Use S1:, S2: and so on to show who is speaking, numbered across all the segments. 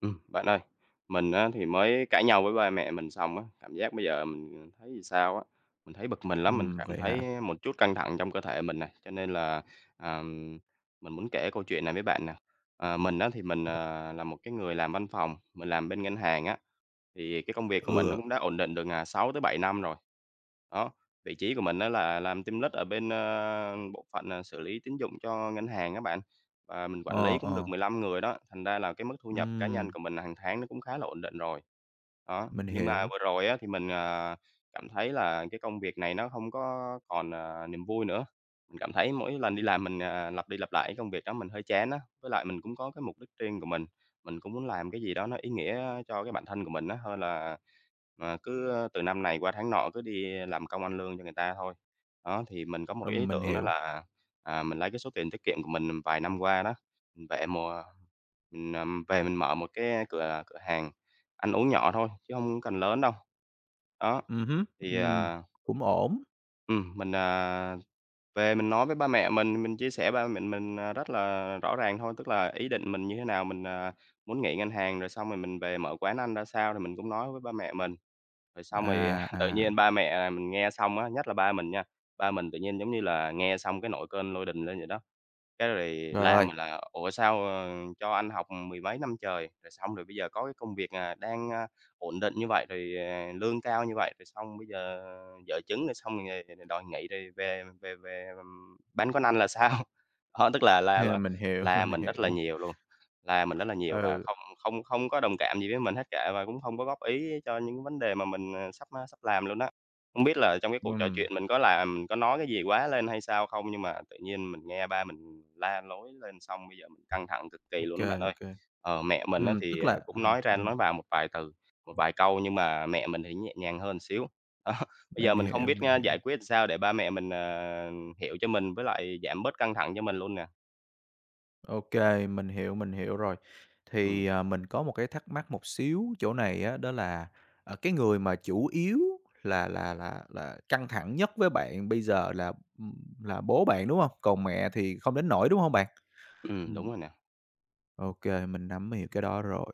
S1: Bạn ơi, mình á thì mới cãi nhau với ba mẹ mình xong á, cảm giác bây giờ mình thấy làm sao á, mình thấy bực mình lắm, mình
S2: Ừm,
S1: cảm
S2: vậy
S1: thấy
S2: hả?
S1: một chút căng thẳng trong cơ thể mình này, cho nên là, à, mình muốn kể câu chuyện này với bạn nè. Mình á thì mình, là một cái người làm văn phòng, mình làm bên ngân hàng á, thì cái công việc của mình nó
S2: Ừ,
S1: cũng đã ổn định được, sáu tới bảy năm rồi. Đó, vị trí của mình đó là làm team lead ở bên, bộ phận, xử lý tín dụng cho ngân hàng các bạn. Và mình quản
S2: ờ,
S1: lý cũng được
S2: ờ,
S1: 15 người đó, thành ra là cái mức thu nhập cá nhân
S2: ừm,
S1: của mình hàng tháng nó cũng khá là ổn định rồi. Đó,
S2: mình
S1: nhưng mà
S2: hiểu,
S1: vừa rồi á thì mình, cảm thấy là cái công việc này nó không có còn, niềm vui nữa. Mình cảm thấy mỗi lần đi làm mình, lặp đi lặp lại cái công việc đó mình hơi chán á. Với lại mình cũng có cái mục đích riêng của mình cũng muốn làm cái gì đó nó ý nghĩa cho cái bản thân của mình á, hơn là, từ năm này qua tháng nọ cứ đi làm công ăn lương cho người ta thôi. Đó, thì mình có một cái ý
S2: mình
S1: tưởng đó
S2: hiểu,
S1: là mình lấy cái số tiền tiết kiệm của mình vài năm qua đó, mình bẻ mùa mình, về mình mở một cái cửa cửa hàng ăn uống nhỏ thôi, chứ không cần lớn đâu. Đó,
S2: hứm,
S1: thì,
S2: ừm, cũng ổn.
S1: mình, về mình nói với ba mẹ mình chia sẻ ba mẹ mình, rất là rõ ràng thôi, tức là ý định mình như thế nào, mình, muốn nghỉ ngân hàng rồi xong rồi mình về mở quán ăn ra sao thì mình cũng nói với ba mẹ mình. Rồi xong rồi tự
S2: À, à,
S1: nhiên ba mẹ mình nghe xong á, nhất là ba mình nha, ba mình tự nhiên giống như là nghe xong cái nổi cơn lôi đình lên vậy đó. Cái rồi
S2: Trời
S1: la
S2: ơi!
S1: mình là "Ủa, sao, cho anh học mười mấy năm trời, rồi xong rồi bây giờ có cái công việc, ổn định như vậy, rồi, lương cao như vậy, rồi xong bây giờ vợ chứng, rồi xong rồi đòi nghỉ rồi về về về, băn khoăn anh là sao?" Đó, tức là la là
S2: Mình hiểu,
S1: la
S2: mình
S1: mình rất là
S2: hiểu,
S1: nhiều luôn, la mình rất là nhiều và
S2: ừ,
S1: không không không có đồng cảm gì với mình hết cả và cũng không có góp ý cho những vấn đề mà mình, sắp làm luôn á. Không biết là trong cái cuộc trò
S2: ừm,
S1: chuyện mình có làm mình có nói cái gì quá lên hay sao không? Nhưng mà tự nhiên mình nghe ba mình la lối lên xong bây giờ mình căng thẳng cực kỳ
S2: ok
S1: luôn đó bạn ơi.
S2: kê,
S1: Ờ, mẹ mình á thì,
S2: tức là
S1: cũng nói ra nói vào một vài từ, một vài câu nhưng mà mẹ mình thì nhẹ nhàng hơn xíu. Đó, bây giờ
S2: mình
S1: mình không
S2: hiểu,
S1: biết
S2: mình
S1: á
S2: hiểu.
S1: giải quyết sao để ba mẹ mình, hiểu cho mình với lại giảm bớt căng thẳng cho mình luôn nè.
S2: OK, mình hiểu rồi.
S1: Ừm,
S2: Thì, mình có một cái thắc mắc một xíu chỗ này á, đó là, cái người mà chủ yếu là căng thẳng nhất với bạn bây giờ là bố bạn, đúng không? Còn mẹ thì không đến nỗi, đúng không bạn?
S1: đúng
S2: Ừm.
S1: rồi nè.
S2: OK, mình nắm hiểu cái đó rồi.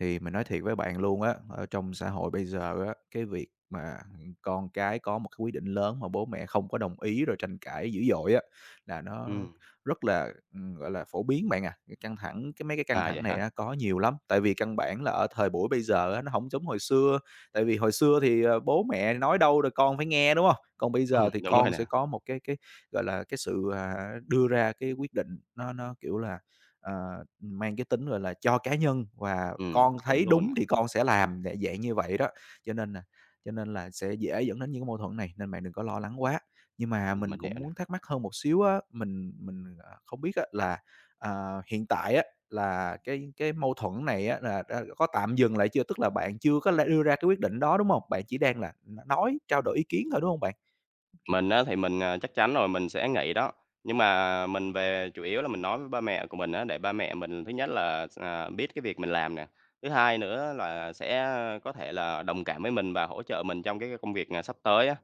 S2: Thì mình nói thiệt với bạn luôn á, ở trong xã hội bây giờ á, cái việc mà con cái có một cái quyết định lớn mà bố mẹ không có đồng ý rồi tranh cãi dữ dội á, là nó
S1: Ừm,
S2: rất là, gọi là, phổ biến bạn à. Cái căng thẳng cái mấy cái căng
S1: à, vậy
S2: thẳng này
S1: hả?
S2: á có nhiều lắm, tại vì căn bản là ở thời buổi bây giờ á, nó không giống hồi xưa. Tại vì hồi xưa thì, bố mẹ nói đâu rồi con phải nghe, đúng không? Còn bây giờ thì
S1: Đúng rồi
S2: con sẽ
S1: nè.
S2: có một cái gọi là, cái sự, đưa ra cái quyết định nó, kiểu là, ờ, mang cái tính, gọi là, cho cá nhân và con
S1: Đúng
S2: thấy
S1: luôn
S2: đúng
S1: nè.
S2: thì con sẽ làm, dạ dạng như vậy đó. Cho nên là cho nên là sẽ dễ dẫn đến những cái mâu thuẫn này, nên bạn đừng có lo lắng quá. Nhưng mà mình
S1: Mình hiểu
S2: cũng
S1: nè.
S2: muốn thắc mắc hơn một xíu á, mình, không biết á là, hiện tại á là cái mâu thuẫn này á là đã có tạm dừng lại chưa? Tức là bạn chưa có lẽ đưa ra cái quyết định đó, đúng không? Bạn chỉ đang là nói, trao đổi ý kiến thôi, đúng không bạn?
S1: Mình á thì mình, chắc chắn rồi, mình sẽ nghỉ đó. Nhưng mà mình về chủ yếu là mình nói với ba mẹ của mình á, để ba mẹ mình thứ nhất là à, biết cái việc mình làm nè, thứ hai nữa là sẽ có thể là đồng cảm với mình và hỗ trợ mình trong cái công việc, sắp tới á.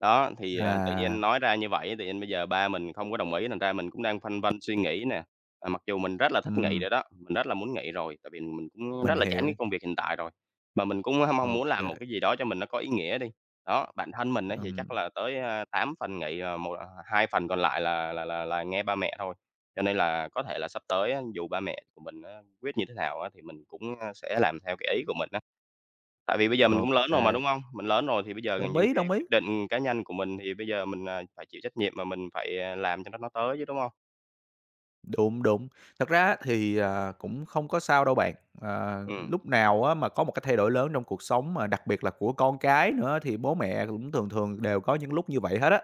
S1: Đó, thì, tự nhiên
S2: À,
S1: nói ra như vậy tự nhiên bây giờ ba mình không có đồng ý, thành ra mình cũng đang phân vân suy nghĩ nè. À, mặc dù mình rất là thích nghỉ
S2: ừm.
S1: rồi đó, mình rất là muốn nghỉ rồi, tại vì mình cũng rất
S2: Mình
S1: là chán cái
S2: hiểu,
S1: công việc hiện tại rồi, mà mình cũng mong
S2: ok,
S1: muốn làm
S2: kê,
S1: một cái gì đó cho mình nó có ý nghĩa đi. Đó, bản thân mình á thì chắc
S2: ừm,
S1: là tới, 8 phần nghỉ, một 2 phần còn lại là là nghe ba mẹ thôi. Cho nên là có thể là sắp tới á, dù ba mẹ của mình á quyết như thế nào á thì mình cũng, sẽ làm theo cái ý của mình á. Tại vì bây giờ mình cũng lớn rồi mà,
S2: ô
S1: đúng hông? Mình lớn rồi thì bây giờ
S2: đồng
S1: những
S2: ý,
S1: cái
S2: đồng ý.
S1: quyết định cá nhân của mình thì bây giờ mình, phải chịu trách nhiệm mà mình phải, làm cho nó tới chứ, đúng hông?
S2: Đúng, đúng. Thật ra thì, cũng không có sao đâu bạn. Ờ,
S1: Ừm.
S2: lúc nào á mà có một cái thay đổi lớn trong cuộc sống mà đặc biệt là của con cái nữa thì bố mẹ cũng thường thường đều có những lúc như vậy hết á,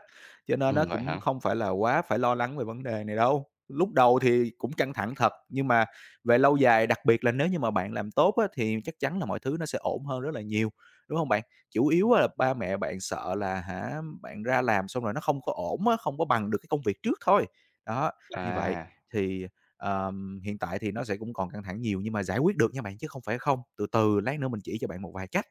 S2: cho nên nó
S1: Ừm, vậy
S2: cũng
S1: hả?
S2: không phải là quá phải lo lắng về vấn đề này đâu. Lúc đầu thì cũng căng thẳng thật, nhưng mà về lâu dài, đặc biệt là nếu như mà bạn làm tốt á thì chắc chắn là mọi thứ nó sẽ ổn hơn rất là nhiều, đúng không bạn? Chủ yếu á là ba mẹ bạn sợ là hả, bạn ra làm xong rồi nó không có ổn á, không có bằng được cái công việc trước thôi. Đó, như vậy. Thì, hiện tại thì nó sẽ cũng còn căng thẳng nhiều nhưng mà giải quyết được nha bạn, chứ không phải không. Từ từ lát nữa mình chỉ cho bạn một vài cách.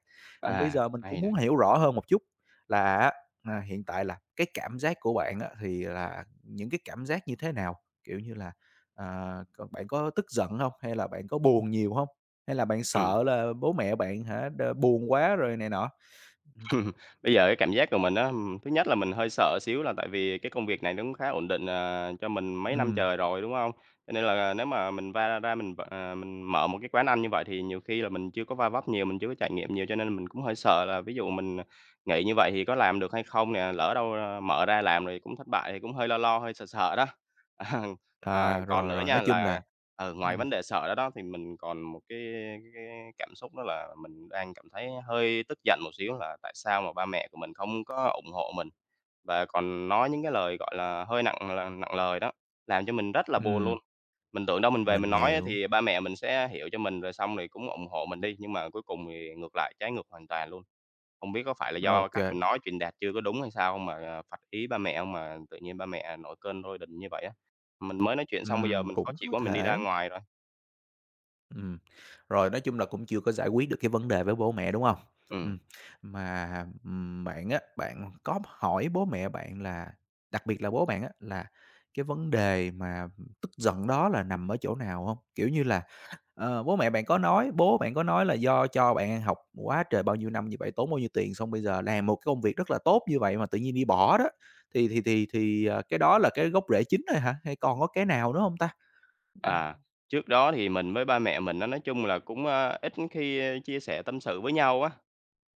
S2: Còn bây
S1: À, à,
S2: giờ mình cũng
S1: hay nè.
S2: muốn hiểu rõ hơn một chút là á, hiện tại là cái cảm giác của bạn á, thì là những cái cảm giác như thế nào? Kiểu như là, còn bạn có tức giận không? Hay là bạn có buồn nhiều không? Hay là bạn
S1: Ừm.
S2: sợ là bố mẹ bạn hả, đ buồn quá rồi này nọ? Ừm,
S1: Bây giờ cái cảm giác của mình á, thứ nhất là mình hơi sợ xíu là tại vì cái công việc này nó cũng khá ổn định, cho mình mấy năm
S2: ừm,
S1: trời rồi, đúng không? Cho nên là nếu mà mình va ra mình mở một cái quán ăn như vậy thì nhiều khi là mình chưa có va vấp nhiều, mình chưa có trải nghiệm nhiều, cho nên mình cũng hơi sợ là ví dụ mình, nghĩ như vậy thì có làm được hay không nè, lỡ đâu, mở ra làm rồi cũng thất bại thì cũng hơi lo lo, hơi sợ sợ đó. Ờ,
S2: à,
S1: còn
S2: rồi,
S1: nữa
S2: rồi,
S1: nha
S2: nói chung
S1: là,
S2: là
S1: ừ, ngoài
S2: ừm,
S1: vấn đề sợ đó đó, thì mình còn một cái cảm xúc đó là mình đang cảm thấy hơi tức giận một xíu là tại sao mà ba mẹ của mình không có ủng hộ mình và còn nói những cái lời, gọi là, hơi nặng là nặng lời đó, làm cho mình rất là buồn luôn.
S2: ừm,
S1: Mình tưởng đâu mình về mình
S2: mình
S1: nói á
S2: hiểu.
S1: thì ba mẹ mình sẽ hiểu cho mình rồi xong rồi cũng ủng hộ mình đi, nhưng mà cuối cùng thì ngược lại, trái ngược hoàn toàn luôn. Không biết có phải là do
S2: Ok
S1: cách
S2: kê,
S1: mình nói truyền đạt chưa có đúng hay sao không mà phật ý ba mẹ hông mà tự nhiên ba mẹ nổi cơn thôi đình như vậy á? Mình mới nói chuyện xong bây giờ mình khó
S2: cũng
S1: chịu
S2: có
S1: quá mình đi ra
S2: thể.
S1: ngoài rồi.
S2: Ừm, rồi nói chung là cũng chưa có giải quyết được cái vấn đề với bố mẹ, đúng không? Ừm,
S1: Ừm.
S2: mà, bạn á, bạn có hỏi bố mẹ bạn là đặc biệt là bố bạn á, là cái vấn đề mà tức giận đó là nằm ở chỗ nào không? Kiểu như là, bố mẹ bạn có nói bố bạn có nói là do cho bạn ăn học quá trời bao nhiêu năm như vậy, tốn bao nhiêu tiền, xong bây giờ làm một cái công việc rất là tốt như vậy mà tự nhiên đi bỏ đó, thì, cái đó là cái gốc rễ chính thôi hả? Hay còn có cái nào nữa không ta? Ừm,
S1: À, trước đó thì mình với ba mẹ mình á, nói chung là cũng, ít khi, chia sẻ tâm sự với nhau á.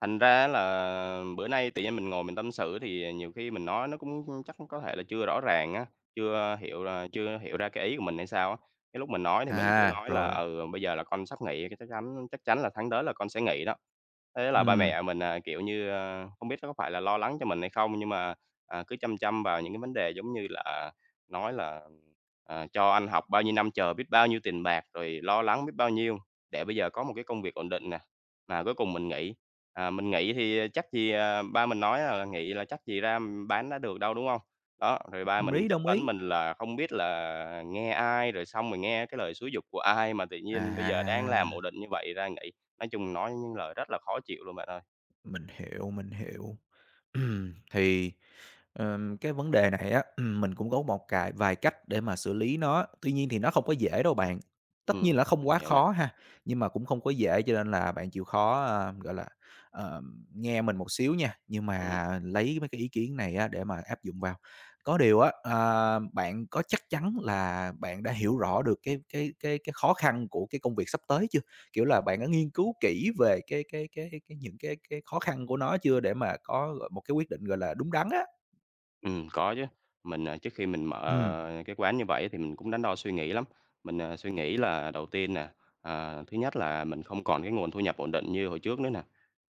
S1: Thành ra là bữa nay tự nhiên mình ngồi mình tâm sự thì nhiều khi mình nói nó cũng chắc có thể là chưa rõ ràng á, chưa hiểu là chưa hiểu ra cái ý của mình hay sao á. Cái lúc mình nói thì mình cứ
S2: à,
S1: nói là
S2: rồi,
S1: "Ừ, bây giờ là con sắp nghỉ, cái chắc chắn là tháng tới là con sẽ nghỉ đó." Thế là ba
S2: ừm.
S1: mẹ mình, kiểu như, không biết có phải là lo lắng cho mình hay không nhưng mà, cứ chăm chăm vào những cái vấn đề giống như là nói là Ờ, cho anh học bao nhiêu năm trời, biết bao nhiêu tiền bạc, rồi lo lắng biết bao nhiêu, để bây giờ có một cái công việc ổn định nè, mà cuối cùng mình nghỉ. À, mình nghỉ thì chắc gì, ba mình nói là nghỉ là chắc gì ra bán đã được đâu, đúng không? Đó, rồi ba
S2: Đồng
S1: mình
S2: ý,
S1: chất
S2: đồng
S1: vấn
S2: ý.
S1: mình là không biết là nghe ai, rồi xong rồi nghe cái lời xúi giục của ai mà tự nhiên bây giờ đang làm
S2: À,
S1: ổn định như vậy ra nghỉ. Nói chung nói những lời rất là khó chịu luôn bạn ơi.
S2: mình hiểu, mình hiểu. thì cái vấn đề này á, mình cũng có một cài vài cách để mà xử lý nó, tuy nhiên thì nó không có dễ đâu bạn. Tất nhiên
S1: Ừ.
S2: là nó không
S1: Mình
S2: quá
S1: hiểu nè,
S2: khó ha, nhưng mà cũng không có dễ cho nên là bạn chịu khó, gọi là, nghe mình một xíu nha, nhưng
S1: ừ.
S2: mà lấy mấy cái ý kiến này á để mà áp dụng vào. Có điều á, bạn có chắc chắn là bạn đã hiểu rõ được cái khó khăn của cái công việc sắp tới chưa? Kiểu là, bạn đã nghiên cứu kỹ về cái những cái khó khăn của nó chưa để mà có, một cái quyết định, gọi là, đúng đắn á?
S1: Có chứ. Mình, trước khi mình mở
S2: Ừm,
S1: cái quán như vậy thì mình cũng đắn đo suy nghĩ lắm. Mình, suy nghĩ là đầu tiên nè, thứ nhất là mình không còn cái nguồn thu nhập ổn định như hồi trước nữa nè.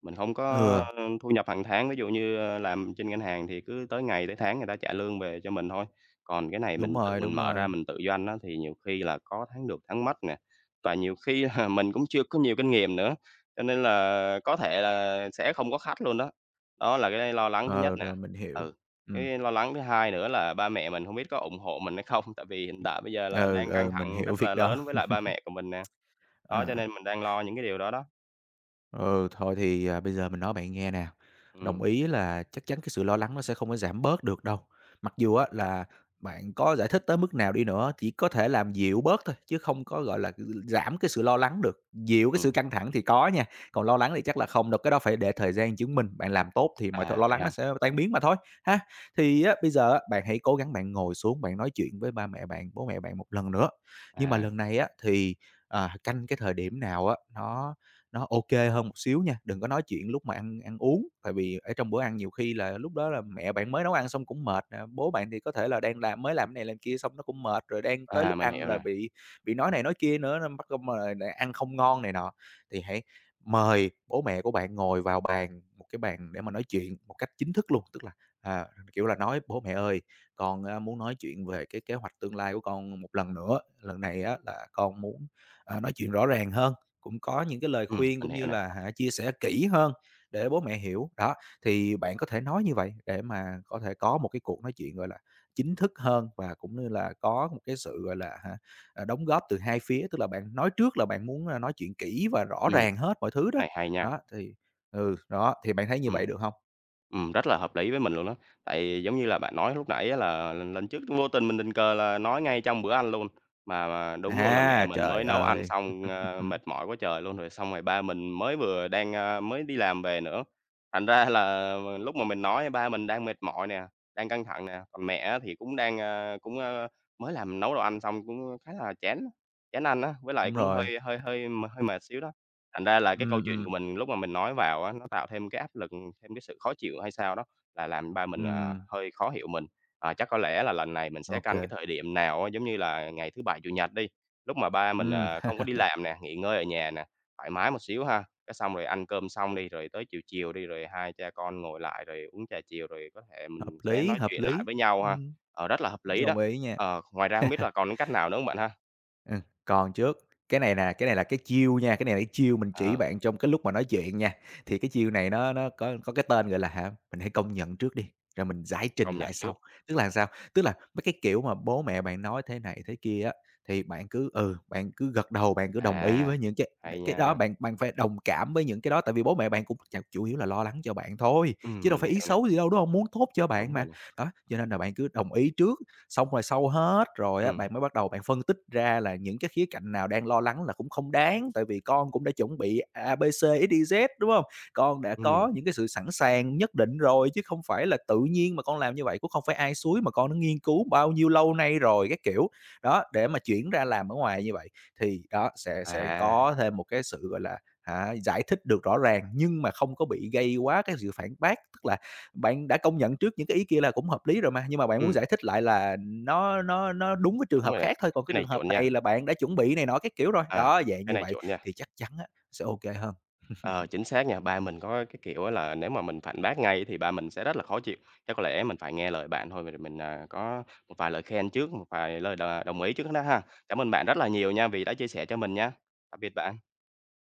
S1: Mình không có
S2: ừ,
S1: thu nhập hàng tháng, ví dụ như, làm trên ngân hàng thì cứ tới ngày tới tháng người ta trả lương về cho mình thôi. Còn cái này
S2: đúng
S1: mình tự
S2: rồi,
S1: mình
S2: đúng
S1: mở ra
S2: rồi.
S1: mình tự doanh đó thì nhiều khi là có tháng được tháng mất nè, và nhiều khi là mình cũng chưa có nhiều kinh nghiệm nữa, cho nên là có thể là sẽ không có khách luôn đó. Đó là cái lo lắng thứ nhất
S2: Ờ,
S1: nè.
S2: rồi mình hiểu.
S1: Ừ.
S2: Ừm,
S1: Cái lo lắng thứ hai nữa là ba mẹ mình không biết có ủng hộ mình hay không, tại vì hiện tại bây giờ là đang căng
S2: ừ, mình
S1: thẳng
S2: hiểu
S1: rất là
S2: việc đó.
S1: lớn với lại ba mẹ của mình nè. Đó, cho
S2: Ờ.
S1: nên mình đang lo những cái điều đó đó.
S2: Ừ, thôi thì, bây giờ mình nói bạn nghe nè, đồng
S1: Ừm,
S2: ý là chắc chắn cái sự lo lắng nó sẽ không có giảm bớt được đâu. Mặc dù á là bạn có giải thích tới mức nào đi nữa, chỉ có thể làm dịu bớt thôi, chứ không có, gọi là, giảm cái sự lo lắng được. Dịu cái
S1: ừm.
S2: sự căng thẳng thì có nha, còn lo lắng thì chắc là không đâu, cái đó phải để thời gian chứng minh, bạn làm tốt thì mọi thứ
S1: À,
S2: lo
S1: vậy
S2: lắng nó
S1: ha?
S2: sẽ tan biến mà thôi, ha. Thì á, bây giờ á, bạn hãy cố gắng bạn ngồi xuống, bạn nói chuyện với ba mẹ bạn, bố mẹ bạn một lần nữa. Nhưng mà
S1: À,
S2: lần này á, thì, canh cái thời điểm nào á, nó ok hơn một xíu nha, đừng có nói chuyện lúc mà ăn ăn uống, tại vì ở trong bữa ăn nhiều khi là lúc đó là mẹ bạn mới nấu ăn xong cũng mệt nè, bố bạn thì có thể là đang làm mới làm cái này làm kia xong nó cũng mệt, rồi đang tới
S1: à,
S2: lúc
S1: mình
S2: ăn
S1: hiểu
S2: là
S1: nè.
S2: bị nói này nói kia nữa nên bắt công là ăn không ngon này nọ. Thì hãy mời bố mẹ của bạn ngồi vào bàn, một cái bàn để mà nói chuyện một cách chính thức luôn, tức là, à, kiểu là, nói: "Bố mẹ ơi, con á muốn nói chuyện về cái kế hoạch tương lai của con một lần nữa, lần này á là con muốn, nói chuyện rõ ràng hơn." Cũng có những cái lời khuyên
S1: Mình
S2: cũng
S1: hiểu
S2: như
S1: nè.
S2: là hả, chia sẻ kỹ hơn để bố mẹ hiểu. Đó, thì bạn có thể nói như vậy để mà có thể có một cái cuộc nói chuyện, gọi là, chính thức hơn và cũng như là có một cái sự, gọi là, hả, đóng góp từ hai phía. Tức là bạn nói trước là bạn muốn, nói chuyện kỹ và rõ
S1: Ừm,
S2: ràng hết mọi thứ
S1: cái
S2: đó.
S1: này hay nha.
S2: Đó, thì thì bạn thấy như
S1: Ừm.
S2: vậy được không?
S1: Rất là hợp lý với mình luôn đó. Tại giống như là bạn nói lúc nãy á là lần lần trước vô tình mình tình cờ là nói ngay trong bữa ăn luôn, mà đúng luôn là mẹ
S2: À,
S1: mình
S2: trời
S1: mới nấu ăn
S2: ơi!
S1: xong, mệt mỏi quá trời luôn, rồi xong rồi ba mình mới vừa đang, mới đi làm về nữa. Thành ra là lúc mà mình nói ba mình đang mệt mỏi nè, đang căng thẳng nè, còn mẹ á thì cũng đang, mới làm nấu đồ ăn xong cũng khá là chán chán ăn á, với lại
S2: Đúng
S1: cũng
S2: rồi.
S1: hơi hơi mệt xíu đó. Thành ra là cái câu
S2: Ừm,
S1: chuyện của
S2: ừm,
S1: mình lúc mà mình nói vào á, nó tạo thêm cái áp lực, thêm cái sự khó chịu hay sao đó, là làm ba mình,
S2: ừm,
S1: hơi khó hiểu mình. À, chắc có lẽ là lần này mình
S2: ô
S1: sẽ canh
S2: kê.
S1: cái thời điểm nào á, giống như là ngày thứ Bảy, Chủ nhật đi, lúc mà ba mình, không có đi làm nè, nghỉ ngơi ở nhà nè, thoải mái một xíu ha, cái xong rồi ăn cơm xong đi, rồi tới chiều chiều đi, rồi hai cha con ngồi lại rồi uống trà chiều, rồi có thể
S2: Hợp
S1: mình sẽ
S2: lý,
S1: nói
S2: hợp
S1: chuyện lại
S2: lý.
S1: với nhau ha.
S2: Ừm,
S1: Ờ, rất là hợp lý đó.
S2: đồng ý nha.
S1: Ờ, ngoài ra không biết là còn cái cách nào nữa hông bạn ha?
S2: Ừm, còn trước, cái này nè, cái này là cái chiêu nha, cái này là cái chiêu mình chỉ
S1: Ờ,
S2: bạn trong cái lúc mà nói chuyện nha. Thì cái chiêu này nó có cái tên, gọi là, hả, mình hãy công nhận trước đi, rồi mình giải trình
S1: công nhận
S2: lại
S1: trước.
S2: sau. Tức là sao? Tức là mấy cái kiểu mà bố mẹ bạn nói thế này thế kia á, thì bạn cứ, ừ, bạn cứ gật đầu, bạn cứ đồng ý
S1: À,
S2: với những cái
S1: hay
S2: cái đó,
S1: nha.
S2: bạn bạn phải đồng cảm với những cái đó, tại vì bố mẹ bạn cũng ch chủ yếu là lo lắng cho bạn thôi, chứ đâu
S1: Mình
S2: phải ý
S1: hiểu nè,
S2: xấu gì đâu, đúng hông? Muốn tốt cho bạn
S1: đúng rồi
S2: mà.
S1: nè.
S2: Đó, cho nên là bạn cứ đồng ý trước, xong rồi sau hết rồi á,
S1: Ừm,
S2: bạn mới bắt đầu bạn phân tích ra là những cái khía cạnh nào đang lo lắng là cũng không đáng, tại vì con cũng đã chuẩn bị A, B, C, XYZ, đúng không? Con đã
S1: ừm,
S2: có những cái sự sẵn sàng nhất định rồi, chứ không phải là tự nhiên mà con làm như vậy, cũng không phải ai xúi mà con đã nghiên cứu bao nhiêu lâu nay rồi, các kiểu. Đó, để mà chuyển ra làm ở ngoài như vậy thì đó, sẽ
S1: à,
S2: có thêm một cái sự, gọi là, hả, giải thích được rõ ràng nhưng mà không có bị gây quá cái sự phản bác, tức là bạn đã công nhận trước những cái ý kia là cũng hợp lý rồi mà, nhưng mà bạn muốn
S1: ừm,
S2: giải thích lại là nó đúng với trường
S1: đúng
S2: hợp
S1: rồi nè,
S2: khác thôi, còn cái
S1: cái này
S2: trường hợp
S1: chuẩn nha,
S2: này là bạn đã chuẩn bị này nọ các kiểu rồi.
S1: à,
S2: Đó, vậy
S1: cái
S2: như
S1: này
S2: vậy
S1: chuẩn nha.
S2: thì chắc chắn á sẽ OK hơn.
S1: Ờ, chính xác nha, ba mình có cái kiểu á là nếu mà mình phản bác ngay thì ba mình sẽ rất là khó chịu, chắc có lẽ mình phải nghe lời bạn thôi, rồi mình, có một vài lời khen trước, một vài lời đồng ý trước đó ha. Cảm ơn bạn rất là nhiều nha vì đã chia sẻ cho mình nha. Tạm biệt bạn.